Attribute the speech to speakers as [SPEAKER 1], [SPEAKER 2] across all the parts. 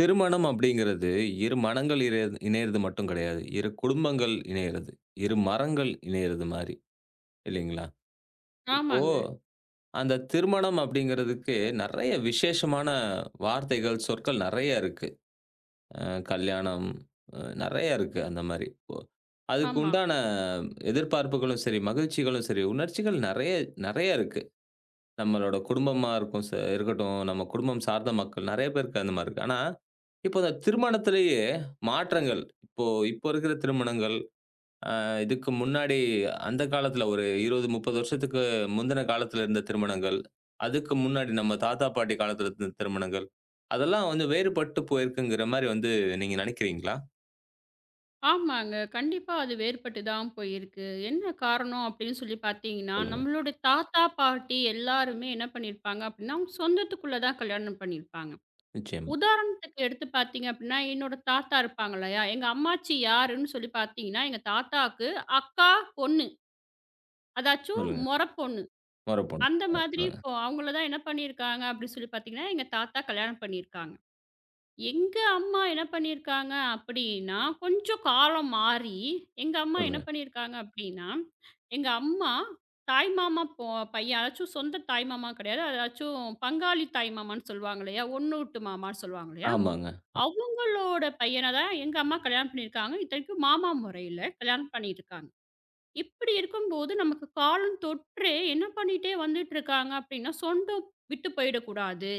[SPEAKER 1] திருமணம் அப்படிங்கிறது, இரு மனங்கள் இர இணையறது மட்டும் கிடையாது. இரு குடும்பங்கள் இணையறது. இரு மரங்கள் இணையறது மாரி இல்லைங்களா? இப்போ
[SPEAKER 2] ஆமாங்க.
[SPEAKER 1] அந்த திருமணம் அப்படிங்கிறதுக்கு நெறைய விசேஷமான வார்த்தைகள், சொற்கள் நெறைய இருக்கு. அ கல்யாணம், நெறைய இருக்கு அந்த மாரி. இப்போ அதுக்கு
[SPEAKER 2] ஆமா.
[SPEAKER 1] உண்டான எதிர்பார்ப்புகளும் சரி, மகிழ்ச்சிகளும் சரி, உணர்ச்சிகள் நெறைய நெறைய இருக்கு. நம்மளோட குடும்பமா இருக்கும் ச இருக்கட்டும், நம்ம குடும்பம் சார்ந்த மக்கள் நெறைய பேருக்கு அந்த மாரி இருக்கு. ஆனா, இப்போ இந்த திருமணத்திலேயே மாற்றங்கள், இப்போ இப்போ இருக்கிற திருமணங்கள், அ இதுக்கு முன்னாடி அந்த காலத்துல ஒரு 20, 30 வருஷத்துக்கு முந்தின காலத்துல இருந்த திருமணங்கள், அதுக்கு முன்னாடி நம்ம தாத்தா, பாட்டி காலத்துல இருந்த திருமணங்கள், அதெல்லாம் வந்து வேறுபட்டு போயிருக்குங்கிற மாரி வந்து நீங்க நெனைக்கிறீங்களா?
[SPEAKER 2] ஆமாங்க. கண்டிப்பா அது வேறுபட்டு தான் போயிருக்கு. என்ன காரணம் அப்படின்னு சொல்லி பார்த்தீங்கன்னா,
[SPEAKER 1] சொல்லுங்க.
[SPEAKER 2] நம்மளோட தாத்தா, பாட்டி எல்லாருமே என்ன பண்ணியிருப்பாங்க அப்படின்னா, அவங்க சொந்தத்துக்குள்ள தான் கல்யாணம் பண்ணியிருப்பாங்க.
[SPEAKER 1] நிச்சயமா.
[SPEAKER 2] உதாரணத்துக்கு எடுத்து பார்த்தீங்க அப்படின்னா, என்னோட தாத்தா இருப்பாங்க இல்லையா? எங்க அம்மாச்சி யாருன்னு சொல்லி பார்த்தீங்கன்னா, எங்க தாத்தாக்கு அக்கா பொண்ணு. அதாச்சும்
[SPEAKER 1] சொல்லுங்க.
[SPEAKER 2] மொற பொண்ணு.
[SPEAKER 1] மொறப்பொன்.
[SPEAKER 2] அந்த மாதிரி
[SPEAKER 1] சொல்லுங்க,
[SPEAKER 2] இப்போ அவங்கள தான் என்ன பண்ணியிருக்காங்க அப்படின்னு சொல்லி பார்த்தீங்கன்னா, எங்க தாத்தா கல்யாணம் பண்ணியிருக்காங்க. எங்க அம்மா என்ன பண்ணியிருக்காங்க அப்படின்னா, கொஞ்சம் காலம் மாறி, எங்க அம்மா என்ன
[SPEAKER 1] சொல்லுங்க.
[SPEAKER 2] பண்ணியிருக்காங்க அப்படின்னா, எங்க அம்மா தாய்மாமா பையன் அதாச்சும் சொந்த தாய்மாமா கிடையாது. அதாச்சும் பங்காளி தாய்மாமான்னு சொல்லுவாங்க இல்லையா? ஒண்ணு விட்டு மாமான்னு சொல்லுவாங்க இல்லையா?
[SPEAKER 1] ஆமாங்க.
[SPEAKER 2] அவங்களோட பையன தான் எங்க அம்மா கல்யாணம் பண்ணியிருக்காங்க. இத்தனைக்கும் மாமா முறையில கல்யாணம் பண்ணியிருக்காங்க. இப்படி இருக்கும்போது நமக்கு காலம் தொற்றே என்ன பண்ணிட்டே வந்துட்டு இருக்காங்க அப்படின்னா, சொந்தம் விட்டு போயிடக்கூடாது.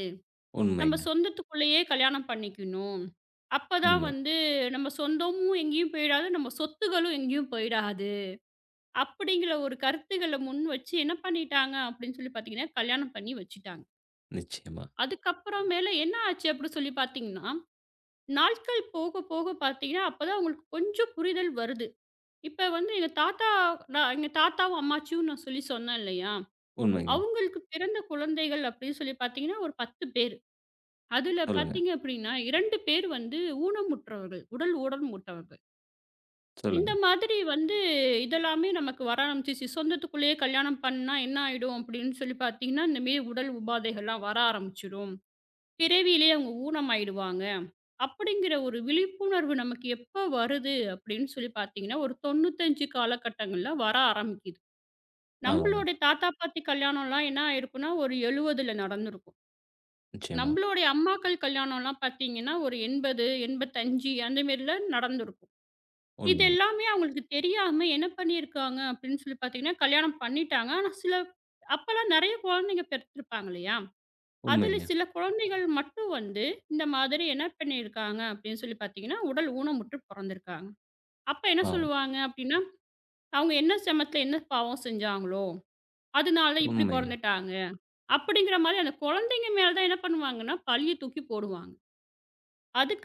[SPEAKER 2] நம்ம
[SPEAKER 1] உண்மைங்க.
[SPEAKER 2] சொந்தத்துக்குள்ளேயே கல்யாணம் பண்ணிக்கணும். அப்பதான்
[SPEAKER 1] உண்மை.
[SPEAKER 2] வந்து நம்ம சொந்தமும் எங்கேயும் போயிடாது, நம்ம சொத்துகளும் எங்கேயும் போயிடாது. அப்படிங்கிற ஒரு கருத்துக்கள முன் வச்சு என்ன பண்ணிட்டாங்க அப்படின்னு சொல்லி பார்த்தீங்கன்னா, கல்யாணம் பண்ணி வச்சுட்டாங்க.
[SPEAKER 1] நிச்சயமா.
[SPEAKER 2] அதுக்கப்புறம் மேல என்ன ஆச்சு அப்படி சொல்லி பார்த்தீங்கன்னா, நாட்கள் போக போக பார்த்தீங்கன்னா, அப்பதான் அவங்களுக்கு கொஞ்சம் புரிதல் வருது. இப்ப வந்து எங்க தாத்தா நான் எங்க தாத்தாவும், அம்மாச்சியும் நான் சொல்லி சொன்னேன் இல்லையா?
[SPEAKER 1] உண்மைங்க.
[SPEAKER 2] அவங்களுக்கு பிறந்த குழந்தைகள் அப்படின்னு சொல்லி பார்த்தீங்கன்னா, ஒரு 10 பேர். அதுல
[SPEAKER 1] சொல்லுங்க,
[SPEAKER 2] பார்த்தீங்க அப்படின்னா, 2 பேர் வந்து ஊனமுற்றவர்கள். உடல் ஊனமுற்றவர்கள். இந்த
[SPEAKER 1] சொல்லுங்க.
[SPEAKER 2] மாதிரி வந்து இதெல்லாமே நமக்கு வர ஆரம்பிச்சுச்சு. சொந்தத்துக்குள்ளேயே கல்யாணம் பண்ணா என்ன ஆயிடும் அப்படின்னு சொல்லி பார்த்தீங்கன்னா, இந்த மாரி உடல் உபாதைகள்லாம் வர ஆரம்பிச்சுடும். பிறவியிலேயே அவங்க ஊனமாயிடுவாங்க. அப்படிங்கிற ஒரு விழிப்புணர்வு நமக்கு எப்ப வருது அப்படின்னு சொல்லி பார்த்தீங்கன்னா, ஒரு 95 காலகட்டங்கள்ல வர ஆரம்பிக்குது.
[SPEAKER 1] ஆமாங்க.
[SPEAKER 2] நம்மளோட தாத்தா, பாட்டி கல்யாணம்லாம் என்ன ஆயிருக்கும்னா, ஒரு 70ல நடந்திருக்கும்.
[SPEAKER 1] நிச்சயமா.
[SPEAKER 2] நம்மளுடைய அம்மாக்கள் கல்யாணம்லாம் பார்த்தீங்கன்னா, ஒரு 80, 85 அந்த மாரில நடந்திருக்கும். இது
[SPEAKER 1] உண்மை.
[SPEAKER 2] எல்லாமே அவங்களுக்கு தெரியாம என்ன பண்ணியிருக்காங்க அப்படின்னு சொல்லி பார்த்தீங்கன்னா, கல்யாணம் பண்ணிட்டாங்க. ஆனா சில அப்பலாம் நெறைய குழந்தைங்க பெத்திருப்பாங்க இல்லையா? அதுல
[SPEAKER 1] உண்மைங்க.
[SPEAKER 2] சில குழந்தைகள் மட்டும் வந்து இந்த மாதிரி என்ன பண்ணியிருக்காங்க அப்படின்னு சொல்லி பார்த்தீங்கன்னா, உடல் ஊனமுற்று பொறந்திருக்காங்க. அப்ப என்ன
[SPEAKER 1] ஆ,
[SPEAKER 2] சொல்லுவாங்க அப்படின்னா, அவங்க என்ன செமத்துல என்ன பாவம் செஞ்சாங்களோ, அதனால இப்படி
[SPEAKER 1] உண்மை.
[SPEAKER 2] பொறந்துட்டாங்க. அப்படிங்கிற மாரி அந்த குழந்தைங்க மேல தான் என்ன பண்ணுவாங்கன்னா, பழிய தூக்கி போடுவாங்க.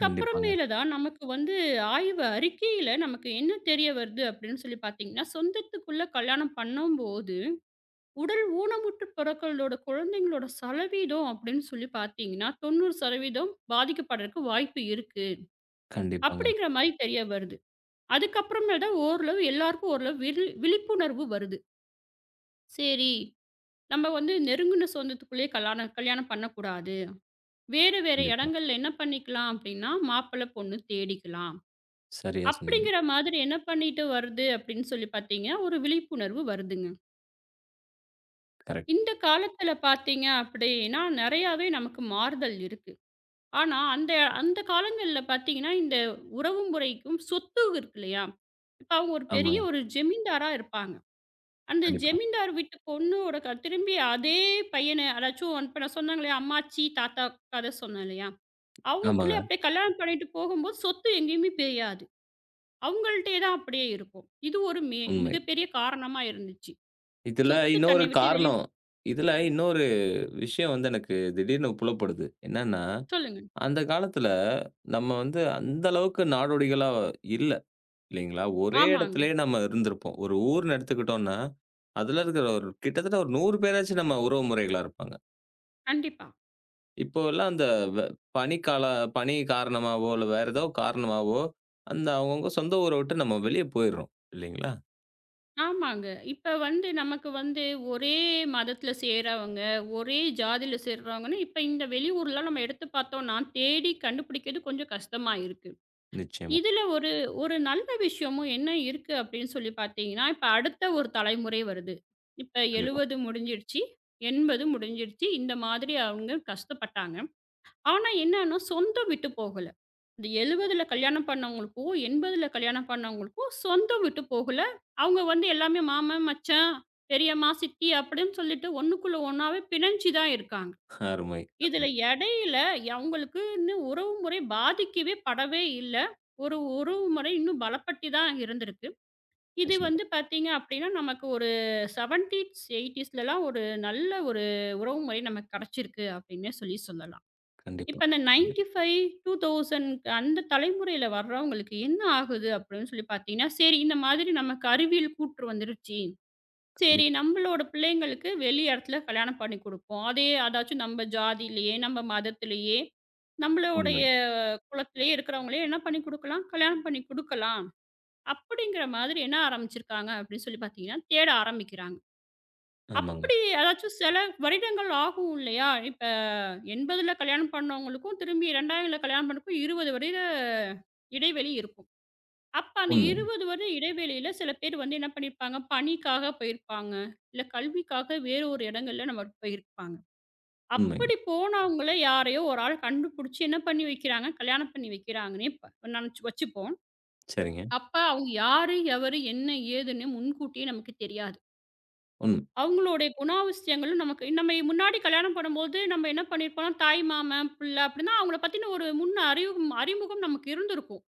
[SPEAKER 1] கண்டிப்பாங்க,
[SPEAKER 2] தான் நமக்கு வந்து ஆய்வு அறிக்கையில நமக்கு என்ன தெரிய வருது அப்படின்னு சொல்லி பார்த்தீங்கன்னா, சொந்தத்துக்குள்ள கல்யாணம் பண்ணும்போது, உடல் ஊனமுற்று பிறக்கறதோட குழந்தைங்களோட சதவீதம் அப்படின்னு சொல்லி பார்த்தீங்கன்னா, 90% பாதிக்கப்படுறதுக்கு வாய்ப்பு இருக்கு.
[SPEAKER 1] கண்டிப்பாங்க,
[SPEAKER 2] அப்படிங்கிற மாரி தெரிய வருது. அதுக்கப்புறமேல் தான் ஓரளவு எல்லாருக்கும் ஓரளவு விழிப்புணர்வு வருது. சரி, நம்ம வந்து நெருங்குன சொந்தத்துக்குள்ளேயே கல்யாணம் கல்யாணம் பண்ணக்கூடாது. வேறு வேற
[SPEAKER 1] கண்டிப்பா.
[SPEAKER 2] இடங்கள்ல என்ன பண்ணிக்கலாம் அப்படின்னா, மாப்பிள்ளை, பொண்ணு தேடிக்கலாம்.
[SPEAKER 1] சரியா சொன்னீங்க.
[SPEAKER 2] அப்படிங்கிற மாதிரி என்ன பண்ணிட்டு வருது அப்படின்னு சொல்லி பார்த்தீங்க, ஒரு விழிப்புணர்வு வருதுங்க.
[SPEAKER 1] கரெக்ட்.
[SPEAKER 2] இந்த காலத்தில பார்த்தீங்க அப்படின்னா, நெறையாவே நமக்கு மாறுதல் இருக்கு. ஆனா, அந்த அந்த காலங்கள்ல பார்த்தீங்கன்னா, இந்த உறவு முறைக்கும் சொத்து இருக்கு இல்லையா? இப்ப அவங்க ஒரு பெரிய
[SPEAKER 1] ஆமாங்க.
[SPEAKER 2] ஒரு ஜமீன்தாரா இருப்பாங்க. அந்த
[SPEAKER 1] கண்டிப்பா.
[SPEAKER 2] ஜமீன்தார் வீட்டு பொண்ணோட திரும்பி அதே பையன அதாச்சும் இப்ப நான் சொன்னாங்க இல்லையா? அம்மாச்சி, தாத்தா கதை சொன்னேன் இல்லையா?
[SPEAKER 1] ஆமாங்க.
[SPEAKER 2] அவங்களுக்குள்ளயே அப்படியே கல்யாணம் பண்ணிட்டு போகும்போது, சொத்து எங்கேயுமே பிரியாது. அவங்கள்ட்டயே தான் அப்படியே இருக்கும். இது ஒரு
[SPEAKER 1] உண்மை.
[SPEAKER 2] மிகப்பெரிய காரணமா இருந்துச்சு.
[SPEAKER 1] இதுல
[SPEAKER 2] சொத்து
[SPEAKER 1] இன்னொரு
[SPEAKER 2] தன்னை விட்டு வெளில
[SPEAKER 1] காரணம். இதுல இன்னொரு விஷயம் வந்து எனக்கு திடீர்னு புலப்படுது. என்னன்னா,
[SPEAKER 2] சொல்லுங்க.
[SPEAKER 1] அந்த காலத்துல நம்ம வந்து அந்த அளவுக்கு நாடோடிகளா இல்ல, இல்லைங்களா? ஒரே
[SPEAKER 2] ஆமாங்க.
[SPEAKER 1] இடத்திலேயே நம்ம இருந்திருப்போம். ஒரு ஊர்ன்னு எடுத்துக்கிட்டோம்னா, அதுல இருக்கிற ஒரு கிட்டத்தட்ட ஒரு 100 பேராச்சும் நம்ம உறவு முறைகளா இருப்பாங்க.
[SPEAKER 2] கண்டிப்பா.
[SPEAKER 1] இப்போ எல்லாம் அந்த வ பனிக்கால பனி காரணமாவோ, இல்ல வேற ஏதோ காரணமாவோ, அந்த அவங்கவங்க சொந்த ஊர விட்டு நம்ம வெளிய போயிர்றோம். இல்லைங்களா?
[SPEAKER 2] ஆமாங்க. இப்ப வந்து நமக்கு வந்து ஒரே மதத்துல சேர்றவங்க, ஒரே ஜாதியில சேர்றவங்கன்னு இப்ப இந்த வெளியூர்லாம் நம்ம எடுத்து பார்த்தோம்னா, தேடி கண்டுபிடிக்கிறது கொஞ்சம் கஷ்டமா இருக்கு.
[SPEAKER 1] நிச்சயமா.
[SPEAKER 2] இதுல ஒரு ஒரு நல்ல விஷயமும் என்ன இருக்கு அப்படின்னு சொல்லி பார்த்தீங்கன்னா, இப்ப அடுத்த ஒரு தலைமுறை வருது. இப்ப
[SPEAKER 1] கண்டிப்பா.
[SPEAKER 2] 70 முடிஞ்சிருச்சு, 80 முடிஞ்சிருச்சு. இந்த மாதிரி அவங்க கஷ்டப்பட்டாங்க. ஆனா என்னன்னா, சொந்தம் விட்டு போகல. இந்த 70ல கல்யாணம் பண்ணவங்களுக்கும், 80ல கல்யாணம் பண்ணவங்களுக்கும் சொந்தம் விட்டு போகல. அவங்க வந்து எல்லாமே மாமன், மச்சான், பெரியம்மா, சித்தி அப்படின்னு சொல்லிட்டு ஒண்ணுக்குள்ள ஒண்ணாவே பிணைஞ்சு தான் இருக்காங்க.
[SPEAKER 1] அருமை,
[SPEAKER 2] இதுல
[SPEAKER 1] அருமை.
[SPEAKER 2] இடையில அவங்களுக்குன்னு உறவுமுறை பாதிக்கவே படவே இல்ல. ஒரு உறவுமுறை இன்னும் பலப்பட்டு தான் இருந்திருக்கு. இது
[SPEAKER 1] நிச்சயமா.
[SPEAKER 2] வந்து பார்த்தீங்க அப்படின்னா, நமக்கு ஒரு 70ஸ், 80ஸ்லலாம் ஒரு நல்ல ஒரு உறவுமுறை நமக்கு கிடைச்சிருக்கு அப்படின்னே சொல்லி சொல்லலாம்.
[SPEAKER 1] கண்டிப்பா,
[SPEAKER 2] இப்ப அந்த
[SPEAKER 1] கண்டிப்பா,
[SPEAKER 2] 95, 2000 அந்த தலைமுறையில வர்றவங்களுக்கு என்ன ஆகுது அப்படின்னு சொல்லி பார்த்தீங்கன்னா, சரி இந்த மாதிரி நமக்கு அறிவியல் கூற்று வந்துருச்சு. சரி
[SPEAKER 1] கண்டிப்பா.
[SPEAKER 2] நம்மளோட பிள்ளைங்களுக்கு வெளி இடத்துல கல்யாணம் பண்ணி குடுப்போம். அதே அதாச்சும் நம்ம ஜாதியிலேயே, நம்ம மதத்திலேயே, நம்மளுடைய
[SPEAKER 1] உண்மை.
[SPEAKER 2] குலத்திலேயே இருக்கிறவங்களே என்ன பண்ணி குடுக்கலாம், கல்யாணம் பண்ணி குடுக்கலாம். அப்படிங்கிற மாதிரி என்ன ஆரம்பிச்சிருக்காங்க அப்படின்னு சொல்லி பார்த்தீங்கன்னா, தேட ஆரம்பிக்கிறாங்க.
[SPEAKER 1] ஆமாங்க.
[SPEAKER 2] அப்படி அதாச்சும் சில வருடங்கள் ஆகும் இல்லையா? இப்ப 80ல கல்யாணம் பண்ணவங்களுக்கும், திரும்பி 2000ல கல்யாணம் பண்ணக்கும் 20 வருட இடைவெளி இருக்கும். அப்ப அந்த
[SPEAKER 1] உண்மைங்க,
[SPEAKER 2] 20 வருட இடைவெளியில சில பேர் வந்து என்ன பண்ணியிருப்பாங்க, பணிக்காக போயிருப்பாங்க. இல்ல கல்விக்காக வேறு ஒரு இடங்கள்ல நம்ம போயிருப்பாங்க.
[SPEAKER 1] உண்மைங்க.
[SPEAKER 2] அப்படி போனவங்கள யாரையோ ஒரு ஆள் கண்டுபிடிச்சு என்ன பண்ணி வைக்கிறாங்க, கல்யாணம் பண்ணி வைக்கிறாங்கன்னே இப்ப நெனச்சு வச்சுப்போம்.
[SPEAKER 1] சரிங்க.
[SPEAKER 2] அப்ப அவங்க யாரு, எவரு, என்ன, ஏதுன்னு முன்கூட்டியே நமக்கு தெரியாது.
[SPEAKER 1] உண்ம.
[SPEAKER 2] அவங்களுடைய குணாதிசயங்களும் நமக்கு நம்ம முன்னாடி கல்யாணம் பண்ணும்போது நம்ம என்ன பண்ணியிருப்போம்னா, தாய் மாமன், பிள்ளை அப்படின்னா அவங்கள பத்தின ஒரு முன் அறிவு அறிமுகம் நமக்கு இருந்திருக்கும்.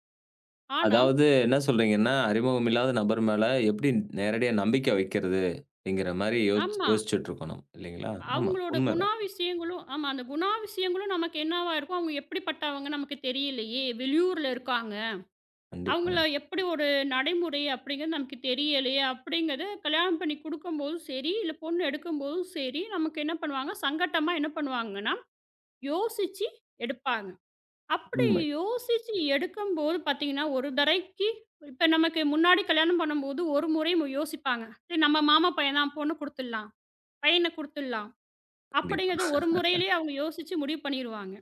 [SPEAKER 2] ஆனா
[SPEAKER 1] அதாவது என்ன சொல்றீங்கன்னா, அறிமுகம் இல்லாத நபர் மேல எப்படி நேரடியா நம்பிக்கை வைக்கிறது? அப்படிங்கிற மாரி யோசிச்சு
[SPEAKER 2] ஆமா.
[SPEAKER 1] யோசிச்சுட்டு இருக்கோம் நம்ம. இல்லைங்களா? ஆமா,
[SPEAKER 2] அவங்களோட
[SPEAKER 1] உண்மதான்.
[SPEAKER 2] குணாதிசயங்களும் ஆமா. அந்த குணாதிசயங்களும் நமக்கு என்னவா இருக்கும், அவங்க எப்படிப்பட்டவங்க நமக்கு தெரியலையே, வெளியூர்ல இருக்காங்க. அவங்கள
[SPEAKER 1] கண்டிப்பாங்க.
[SPEAKER 2] எப்படி ஒரு நடைமுறை அப்படிங்கிறது நமக்கு தெரியலையே அப்படிங்கிறத கல்யாணம் பண்ணி குடுக்கும்போதும் சரி, இல்ல பொண்ணு எடுக்கும்போதும் சரி, நமக்கு என்ன பண்ணுவாங்க, சங்கட்டமா என்ன பண்ணுவாங்கன்னா, யோசிச்சு எடுப்பாங்க. அப்படி
[SPEAKER 1] உண்மை.
[SPEAKER 2] யோசிச்சு எடுக்கும்போது பார்த்தீங்கன்னா, ஒரு தடவைக்கு இப்ப நமக்கு முன்னாடி கல்யாணம் பண்ணும்போது ஒரு முறை யோசிப்பாங்க. சரி நம்ம மாமா பையன் தான் பொண்ணு குடுத்துடலாம், பையன குடுத்துடலாம்.
[SPEAKER 1] கண்டிப்பா.
[SPEAKER 2] அப்படிங்கிறது ஒரு முறையிலேயே அவங்க யோசிச்சு முடிவு பண்ணிருவாங்க.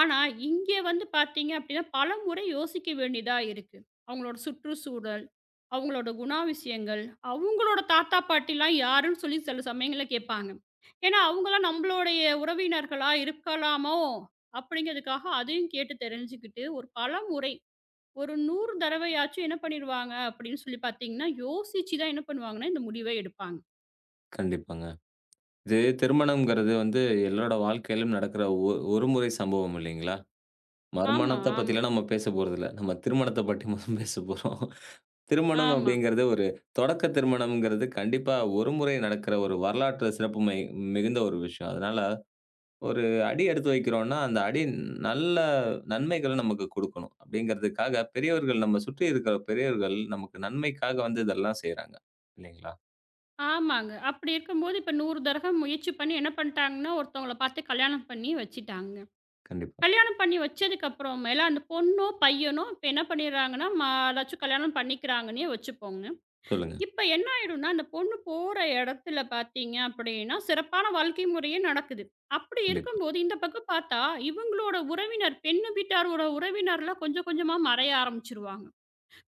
[SPEAKER 2] ஆனா, இங்கே வந்து பார்த்தீங்க அப்படின்னா, பலமுறை யோசிக்க வேண்டியதா இருக்கு. அவங்களோட சுற்றுச்சூழல், அவங்களோட குணாதிசயங்கள், அவங்களோட தாத்தா, பாட்டிலாம் யாருன்னு சொல்லி சில சமயங்கள்ல கேட்பாங்க. ஏன்னா, அவங்கலாம் நம்மளுடைய உறவினர்களா இருக்கலாமோ? அப்படிங்கிறதுக்காக அதையும் கேட்டு தெரிஞ்சுக்கிட்டு, ஒரு பலமுறை ஒரு 100 தடவையாச்சும் என்ன பண்ணிருவாங்க அப்படின்னு சொல்லி பார்த்தீங்கன்னா, யோசிச்சு தான் என்ன பண்ணுவாங்கன்னா, இந்த முடிவே எடுப்பாங்க.
[SPEAKER 1] கண்டிப்பாங்க. இது திருமணம்ங்கிறது வந்து எல்லாரோட வாழ்க்கையிலும் நடக்கிற ஒரு முறை சம்பவம் இல்லைங்களா?
[SPEAKER 2] ஆமா,
[SPEAKER 1] மறுமணத்த
[SPEAKER 2] ஆமா,
[SPEAKER 1] பத்திலாம் நம்ம பேச போறதில்ல. நம்ம திருமணத்த பற்றி மட்டும் பேச போறோம். திருமணம்
[SPEAKER 2] ஆமா.
[SPEAKER 1] அப்படிங்கிறது ஒரு தொடக்க திருமணம்ங்கிறது கண்டிப்பா ஒரு முறை நடக்கிற ஒரு வரலாற்று சிறப்பு மிகுந்த ஒரு விஷயம். அதனால ஒரு அடி எடுத்து வைக்கிறோம்னா, அந்த அடி நல்ல நன்மைகள நமக்கு குடுக்கணும். அப்படிங்கிறதுக்காக பெரியவர்கள் நம்ம சுற்றி இருக்கிற பெரியவர்கள் நமக்கு நன்மைக்காக வந்து இதெல்லாம் செய்றாங்க. இல்லைங்களா?
[SPEAKER 2] ஆமாங்க. அப்படி இருக்கும்போது, இப்ப 100 தடகம் முயற்சி பண்ணி என்ன பண்ணிட்டாங்கன்னா, ஒருத்தவங்கள பார்த்து கல்யாணம் பண்ணி வச்சுட்டாங்க.
[SPEAKER 1] கண்டிப்பா.
[SPEAKER 2] கல்யாணம் பண்ணி வச்சதுக்கப்புறமேல அந்த பொண்ணோ, பையனோ இப்ப என்ன பண்ணிடுறாங்கன்னா, ஏதாச்சும் கல்யாணம் பண்ணிக்கிறாங்கன்னே வச்சுப்போங்க.
[SPEAKER 1] சொல்லுங்க.
[SPEAKER 2] இப்ப என்ன ஆயிடும்னா, அந்த பொண்ணு போற இடத்துல பார்த்தீங்க அப்படின்னா, சிறப்பான வாழ்க்கை முறையே நடக்குது. அப்படி
[SPEAKER 1] கண்டிப்பா.
[SPEAKER 2] இருக்கும்போது, இந்த பக்கம் பார்த்தா, இவங்களோட உறவினர், பெண்ணு வீட்டாரோட உறவினர்லாம் கொஞ்சம் கொஞ்சமா மறைய ஆரம்பிச்சுருவாங்க.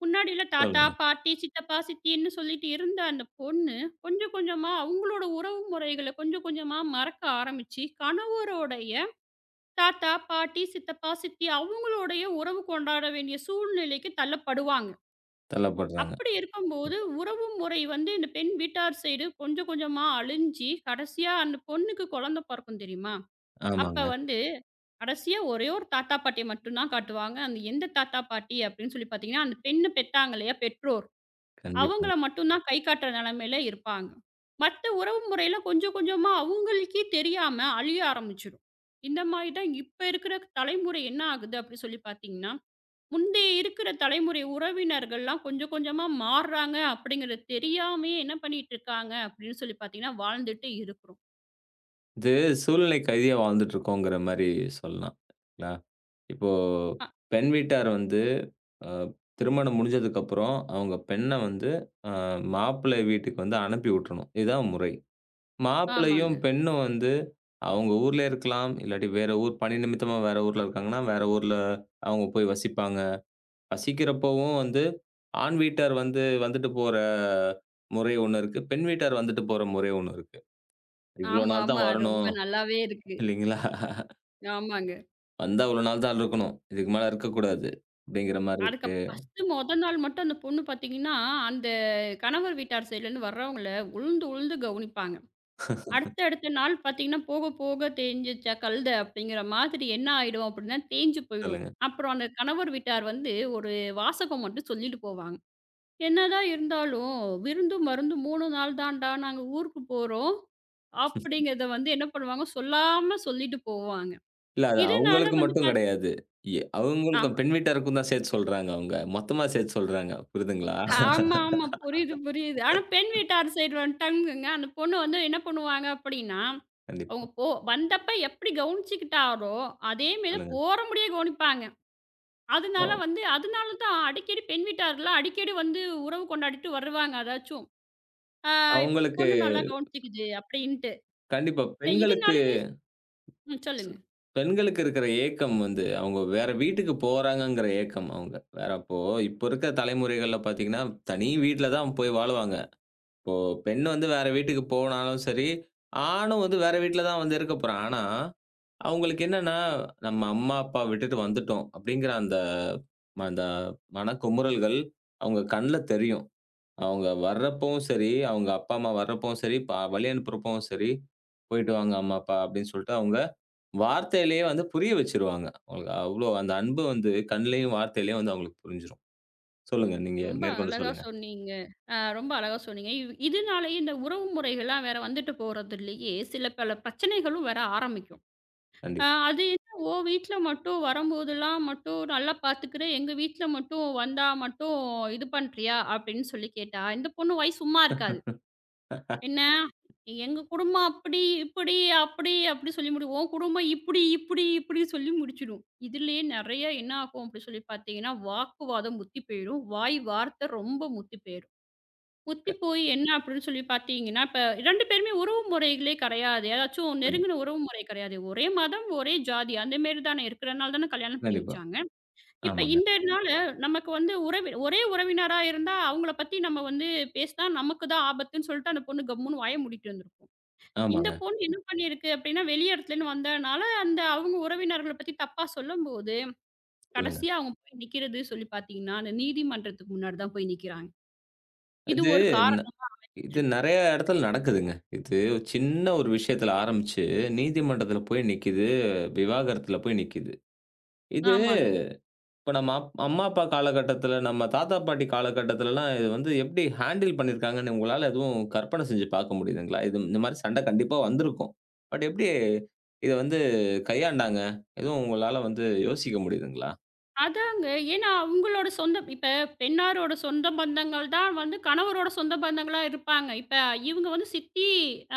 [SPEAKER 2] முன்னாடிலாம் தாத்தா,
[SPEAKER 1] சொல்லுங்க.
[SPEAKER 2] பாட்டி, சித்தப்பா, சித்தின்னு சொல்லிட்டு இருந்த அந்த பொண்ணு, கொஞ்சம் கொஞ்சமா அவங்களோட உறவு முறைகள கொஞ்சம் கொஞ்சமா மறக்க ஆரம்பிச்சு, கணவருடைய தாத்தா, பாட்டி, சித்தப்பா, சித்தி அவங்களோடைய உறவு கொண்டாட வேண்டிய சூழ்நிலைக்கு தள்ளப்படுவாங்க.
[SPEAKER 1] தள்ளப்படுறாங்க.
[SPEAKER 2] அப்படி இருக்கும்போது, உறவு முறை வந்து இந்த பெண் வீட்டார் சைடு கொஞ்சம் கொஞ்சமா அழிஞ்சு, கடைசியா அந்த பொண்ணுக்கு குழந்த பொறக்கும் தெரியுமா? அப்ப
[SPEAKER 1] ஆமாங்க.
[SPEAKER 2] வந்து கடைசியா ஒரே ஒரு தாத்தா, பாட்டிய மட்டும் தான் காட்டுவாங்க. அந்த எந்த தாத்தா, பாட்டி அப்படின்னு சொல்லி பார்த்தீங்கன்னா, அந்த பெண்ண பெத்தாங்க இல்லையா பெற்றோர்.
[SPEAKER 1] கண்டிப்பாங்க.
[SPEAKER 2] அவங்கள மட்டும் தான் கை காட்டுற நிலைமையில இருப்பாங்க. மத்த உறவு முறையில கொஞ்சம் கொஞ்சமா அவங்களுக்கே தெரியாம அழிய ஆரம்பிச்சுரும். இந்த மாரி தான் இப்ப இருக்கிற தலைமுறை என்ன ஆகுது அப்படி சொல்லி பார்த்தீங்கன்னா, முந்தைய இருக்கிற தலைமுறை உறவினர்கள்லாம் கொஞ்சம் கொஞ்சமா மாறுறாங்க அப்படிங்கிறது தெரியாமயே என்ன பண்ணிட்டு இருக்காங்க அப்படின்னு சொல்லி பார்த்தீங்கன்னா, வாழ்ந்துட்டு இருக்கிறோம்.
[SPEAKER 1] இது சூழ்நிலை கைதியா வாழ்ந்துட்டு இருக்கோங்கிற மாரி சொல்லலாம். இல்லைங்களா? இப்போ
[SPEAKER 2] அ
[SPEAKER 1] பெண் வீட்டார் வந்து அ திருமணம் முடிஞ்சதுக்கப்புறம், அவங்க பெண்ண வந்து அ மாப்பிள்ளை வீட்டுக்கு வந்து அனுப்பி விட்டுறணும். இதுதான் முறை.
[SPEAKER 2] ஆமாங்க.
[SPEAKER 1] மாப்பிள்ளையும், பெண்ணும் வந்து அவங்க ஊர்ல இருக்கலாம். இல்லாட்டி வேற ஊர் பணி நிமித்தமா வேற ஊர்ல இருக்காங்கன்னா, வேற ஊர்ல அவங்க போய் வசிப்பாங்க. வசிக்கிறப்பவும் வந்து ஆண் வீட்டார் வந்து வந்துட்டு போற முறை ஒண்ணு இருக்கு. பெண் வீட்டார் வந்துட்டு போற முறை ஒண்ணு இருக்கு. இவ்வளோ
[SPEAKER 2] ஆமா,
[SPEAKER 1] நாள் தான்
[SPEAKER 2] ஆமா. ரொம்ப
[SPEAKER 1] வரணும்,
[SPEAKER 2] நல்லாவே இருக்கு.
[SPEAKER 1] இல்லைங்களா?
[SPEAKER 2] ஆமாங்க.
[SPEAKER 1] வந்தா இவ்வளோ நாள் தான் இருக்கணும். இதுக்கு மேல இருக்கக்கூடாது. அப்படிங்கிற மாரி
[SPEAKER 2] அதுக்கு
[SPEAKER 1] இருக்கு.
[SPEAKER 2] ஃபர்ஸ்ட்டு மொத நாள் மட்டும் அந்த பொண்ணு பார்த்தீங்கன்னா, அந்த கணவர் வீட்டார் சைட்லேருந்து வர்றவங்கள உழுந்து உழுந்து கவனிப்பாங்க. அடுத்த அடுத்த நாள் பார்த்தீங்கன்னா, போக போக தேஞ்சுச்சா கழுத அப்படிங்கிற மாதிரி என்ன ஆயிடும் அப்படின்னா, தேஞ்சு போயிடும்.
[SPEAKER 1] சொல்லுங்க.
[SPEAKER 2] அப்புறம் அந்த கணவர் வீட்டார் வந்து ஒரு வாசகம் மட்டும் சொல்லிட்டு போவாங்க. "என்னதான் இருந்தாலும் விருந்தும் மருந்தும் 3 நாள் தான்டா நாங்க ஊருக்கு போறோம்." அப்படிங்கிறத வந்து என்ன பண்ணுவாங்க, சொல்லாம சொல்லிட்டு போவாங்க.
[SPEAKER 1] இல்ல அது
[SPEAKER 2] இதனால
[SPEAKER 1] அவங்களுக்கு
[SPEAKER 2] வந்து
[SPEAKER 1] மட்டும் கிடையாது.
[SPEAKER 2] ஆ.
[SPEAKER 1] அவங்களுக்கும் பெண் வீட்டாருக்கும் தான் சேர்த்து சொல்றாங்க அவங்க. மொத்தமா சேர்த்து சொல்றாங்க. புரியுதுங்களா?
[SPEAKER 2] ஆமா, ஆமா. புரியுது, புரியுது. ஆனா பெண் வீட்டார் சைடு வந்துட்டாங்கங்க. அந்த பொண்ணு வந்து என்ன பண்ணுவாங்க அப்படின்னா, அவங்க
[SPEAKER 1] கண்டிப்பா.
[SPEAKER 2] வந்தப்ப எப்படி கவனிச்சுக்கிட்டாரோ, அதே மேல
[SPEAKER 1] சொல்லுங்க.
[SPEAKER 2] போற முடிய கவனிப்பாங்க.
[SPEAKER 1] அ
[SPEAKER 2] அதனால வந்து அதனால தான் அடிக்கடி பெண் வீட்டார்லாம் அடிக்கடி வந்து உறவு கொண்டாடிட்டு வருவாங்க. அதாச்சும், ஆ
[SPEAKER 1] அவங்களுக்கு
[SPEAKER 2] பொண்ணு நல்லா கவனிச்சுக்குது அப்படின்ட்டு.
[SPEAKER 1] கண்டிப்பா
[SPEAKER 2] இந்த
[SPEAKER 1] பெண்களுக்கு
[SPEAKER 2] இதனாலேயே ம்
[SPEAKER 1] ஸ்
[SPEAKER 2] சொல்லுங்க.
[SPEAKER 1] பெண்களுக்கு இருக்கிற ஏக்கம் வந்து அவங்க வேற வீட்டுக்கு போறாங்கங்கிற ஏக்கம் அவங்க. வேற அப்போ இப்போ இருக்கிற தலைமுறைகள்ல பார்த்தீங்கன்னா, தனி வீட்ல தான் போய் வாழுவாங்க. பெண் வந்து வேற வீட்டுக்கு போனாலும் சரி, ஆணும் வந்து வேற வீட்ல தான் வந்து இருக்க போறான். ஆனா, அவங்களுக்கு என்னன்னா, நம்ம அம்மா, அப்பா விட்டுட்டு வந்துட்டோம் அப்படிங்கிற அந்த ம- அந்த மனக்குமுறல்கள் அவங்க கண்ல தெரியும். அவங்க வர்றப்பவும் சரி, அவங்க அப்பா, அம்மா வர்றப்பவும் சரி, வழி அனுப்புறப்பவும் சரி, "போயிட்டு வாங்க அம்மா, அப்பா" அப்படின்னு சொல்லிட்டு அவங்க வார்த்தையிலேயே வந்து புரிய வச்சுருவாங்க. அவங்களுக்கு அவ்ளோ அந்த அன்பு வந்து கண்லயும், வார்த்தையிலயும் வந்து அவங்களுக்கு புரிஞ்சிரும். சொல்லுங்க. நீங்க
[SPEAKER 2] ரொம்ப
[SPEAKER 1] மேற்கொண்டு
[SPEAKER 2] அழகா
[SPEAKER 1] சொல்லுங்க.
[SPEAKER 2] சொன்னீங்க. ரொம்ப அழகா சொன்னீங்க. இதனாலேயே இந்த உறவு முறைகள்லாம் வேற வந்துட்டு போறதுலயே சில பல பிரச்சனைகளும் வேற ஆரம்பிக்கும்.
[SPEAKER 1] கண்டிப்பா.
[SPEAKER 2] அது என்ன "ஓ வீட்ல மட்டும் வரும்போதெல்லாம் மட்டும் நல்லா பார்த்துக்கிற, எங்க வீட்ல மட்டும் வந்தா மட்டும் இது பண்றியா?" அப்படின்னு சொல்லி கேட்டா, இந்த பொண்ணு வாய் சும்மா இருக்காது. என்ன "எங்க குடும்பம் அப்படி, இப்படி, அப்படி" அப்படி சொல்லி "உன் குடும்பம் இப்படி, இப்படி, இப்படி" சொல்லி முடிச்சிடும். இதுலயே நெறைய என்ன ஆகும் அப்படி சொல்லி பார்த்தீங்கன்னா, வாக்குவாதம் முத்தி போயிடும். வாய் வார்த்தை ரொம்ப முத்தி போயிரும். ஒத்தி போய் என்ன அப்படின்னு சொல்லி பார்த்தீங்கன்னா, இப்ப 2 பேருமே உறவு முறைகளே கிடையாது. ஏதாச்சும்
[SPEAKER 1] கண்டிப்பா.
[SPEAKER 2] நெருங்கின உறவு முறை கிடையாது. ஒரே மதம், ஒரே ஜாதி அந்த மாரி தானே இருக்கிறனால தானே கல்யாணம் பண்ணி
[SPEAKER 1] கண்டிப்பா.
[SPEAKER 2] வச்சாங்க. இப்ப
[SPEAKER 1] ஆமாங்க.
[SPEAKER 2] இந்தனால நமக்கு வந்து ஒரே உறவினரா இருந்தா அவங்கள பத்தி நம்ம வந்து பேசினா நமக்கு தான் ஆபத்துன்னு சொல்லிட்டு அந்த பொண்ணு கம்முன்னு வாய மூடிட்டு இருந்திருக்கும். இந்த
[SPEAKER 1] ஆமாங்க.
[SPEAKER 2] பொண்ணு என்ன பண்ணியிருக்கு அப்படின்னா, வெளி இடத்துலேருந்து வந்ததுனால அந்த அவங்க உறவினர்கள பத்தி தப்பா சொல்லும்போது,
[SPEAKER 1] சொல்லுங்க.
[SPEAKER 2] கடைசியா அவங்க போய் நிக்கிறது சொல்லி பார்த்தீங்கன்னா, அந்த நீதிமன்றத்துக்கு முன்னாடி தான் போய் நிக்கிறாங்க. இது
[SPEAKER 1] இது
[SPEAKER 2] ஒரு
[SPEAKER 1] ந
[SPEAKER 2] காரணமா
[SPEAKER 1] இது
[SPEAKER 2] இருக்கு.
[SPEAKER 1] நெறைய இடத்துல நடக்குதுங்க. இது ஒரு சின்ன ஒரு விஷயத்துல ஆரம்பிச்சு, நீதிமன்றத்துல போய் நிக்குது. விவாகரத்துல போய் நிக்குது. இது
[SPEAKER 2] ஆமாங்க.
[SPEAKER 1] இப்ப நம்ம அப் அம்மா, அப்பா காலகட்டத்துல, நம்ம தாத்தா, பாட்டி காலகட்டத்துலலாம் இது வந்து எப்படி ஹேண்டில் பண்ணியிருக்காங்கன்னு உங்களால எதுவும் கற்பனை செஞ்சு பார்க்க முடியுதுங்களா? இது இந்த மாரி சண்டை கண்டிப்பா வந்திருக்கும். பட் எப்படி இத வந்து கையாண்டாங்க? எதுவும் உங்களால வந்து யோசிக்க முடியுதுங்களா?
[SPEAKER 2] அதாங்க. ஏன்னா அவங்களோட சொந்த இப்ப பெண்ணாரோட சொந்த பந்தங்கள் தான் வந்து கணவரோட சொந்த பந்தங்களா இருப்பாங்க. இப்ப இவங்க வந்து சித்தி,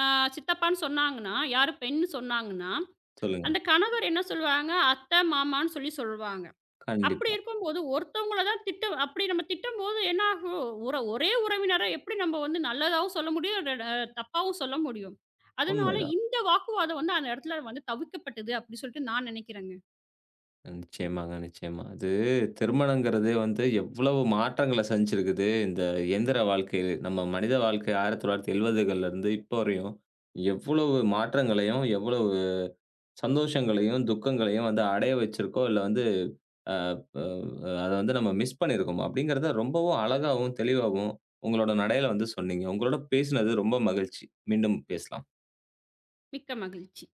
[SPEAKER 2] அ சித்தப்பான்னு சொன்னாங்கன்னா, யாரு பெண் சொன்னாங்கன்னா,
[SPEAKER 1] சொல்லுங்க.
[SPEAKER 2] அந்த கணவர் என்ன சொல்லுவாங்க, அத்தை, மாமான்னு சொல்லி சொல்லுவாங்க. அப்படி
[SPEAKER 1] கண்டிப்பா.
[SPEAKER 2] இருக்கும்போது ஒருத்தவங்கள தான் திட்ட அப்படி நம்ம திட்டும்போது என்ன ஆகும், உற ஒரே உறவினர எப்படி நம்ம வந்து நல்லதாவும் சொல்ல முடியும், ட ட தப்பாவும் சொல்ல முடியும். அதனால
[SPEAKER 1] உண்மைதான்.
[SPEAKER 2] இந்த வாக்குவாதம் வந்து அந்த இடத்துல வந்து தவிர்க்கப்பட்டது அப்படி சொல்லிட்டு நான் நினைக்கிறேங்க.
[SPEAKER 1] நிச்சயமாங்க, நிச்சயமா. அது திருமணங்கிறது வந்து எவ்வளவு மாற்றங்கள சஞ்சிருக்குது. இந்த இயந்திர வாழ்க்கையில, நம்ம மனித வாழ்க்கை 1970கள்ல இருந்து இப்போ வரையும், எவ்வளவு மாற்றங்களையும், எவ்வளவு சந்தோஷங்களையும், துக்கங்களையும் வந்து அடைய வச்சிருக்கோ! இல்ல வந்து அ ப அத வந்து நம்ம மிஸ் பண்ணியிருக்கோம். அப்பிடிங்கிறத ரொம்பவும் அழகாவும், தெளிவாவும் உங்களோட நடையில வந்து சொன்னீங்க. உங்களோட பேசினது ரொம்ப மகிழ்ச்சி. மீண்டும் பேசலாம்.
[SPEAKER 2] மிக்க மகிழ்ச்சி.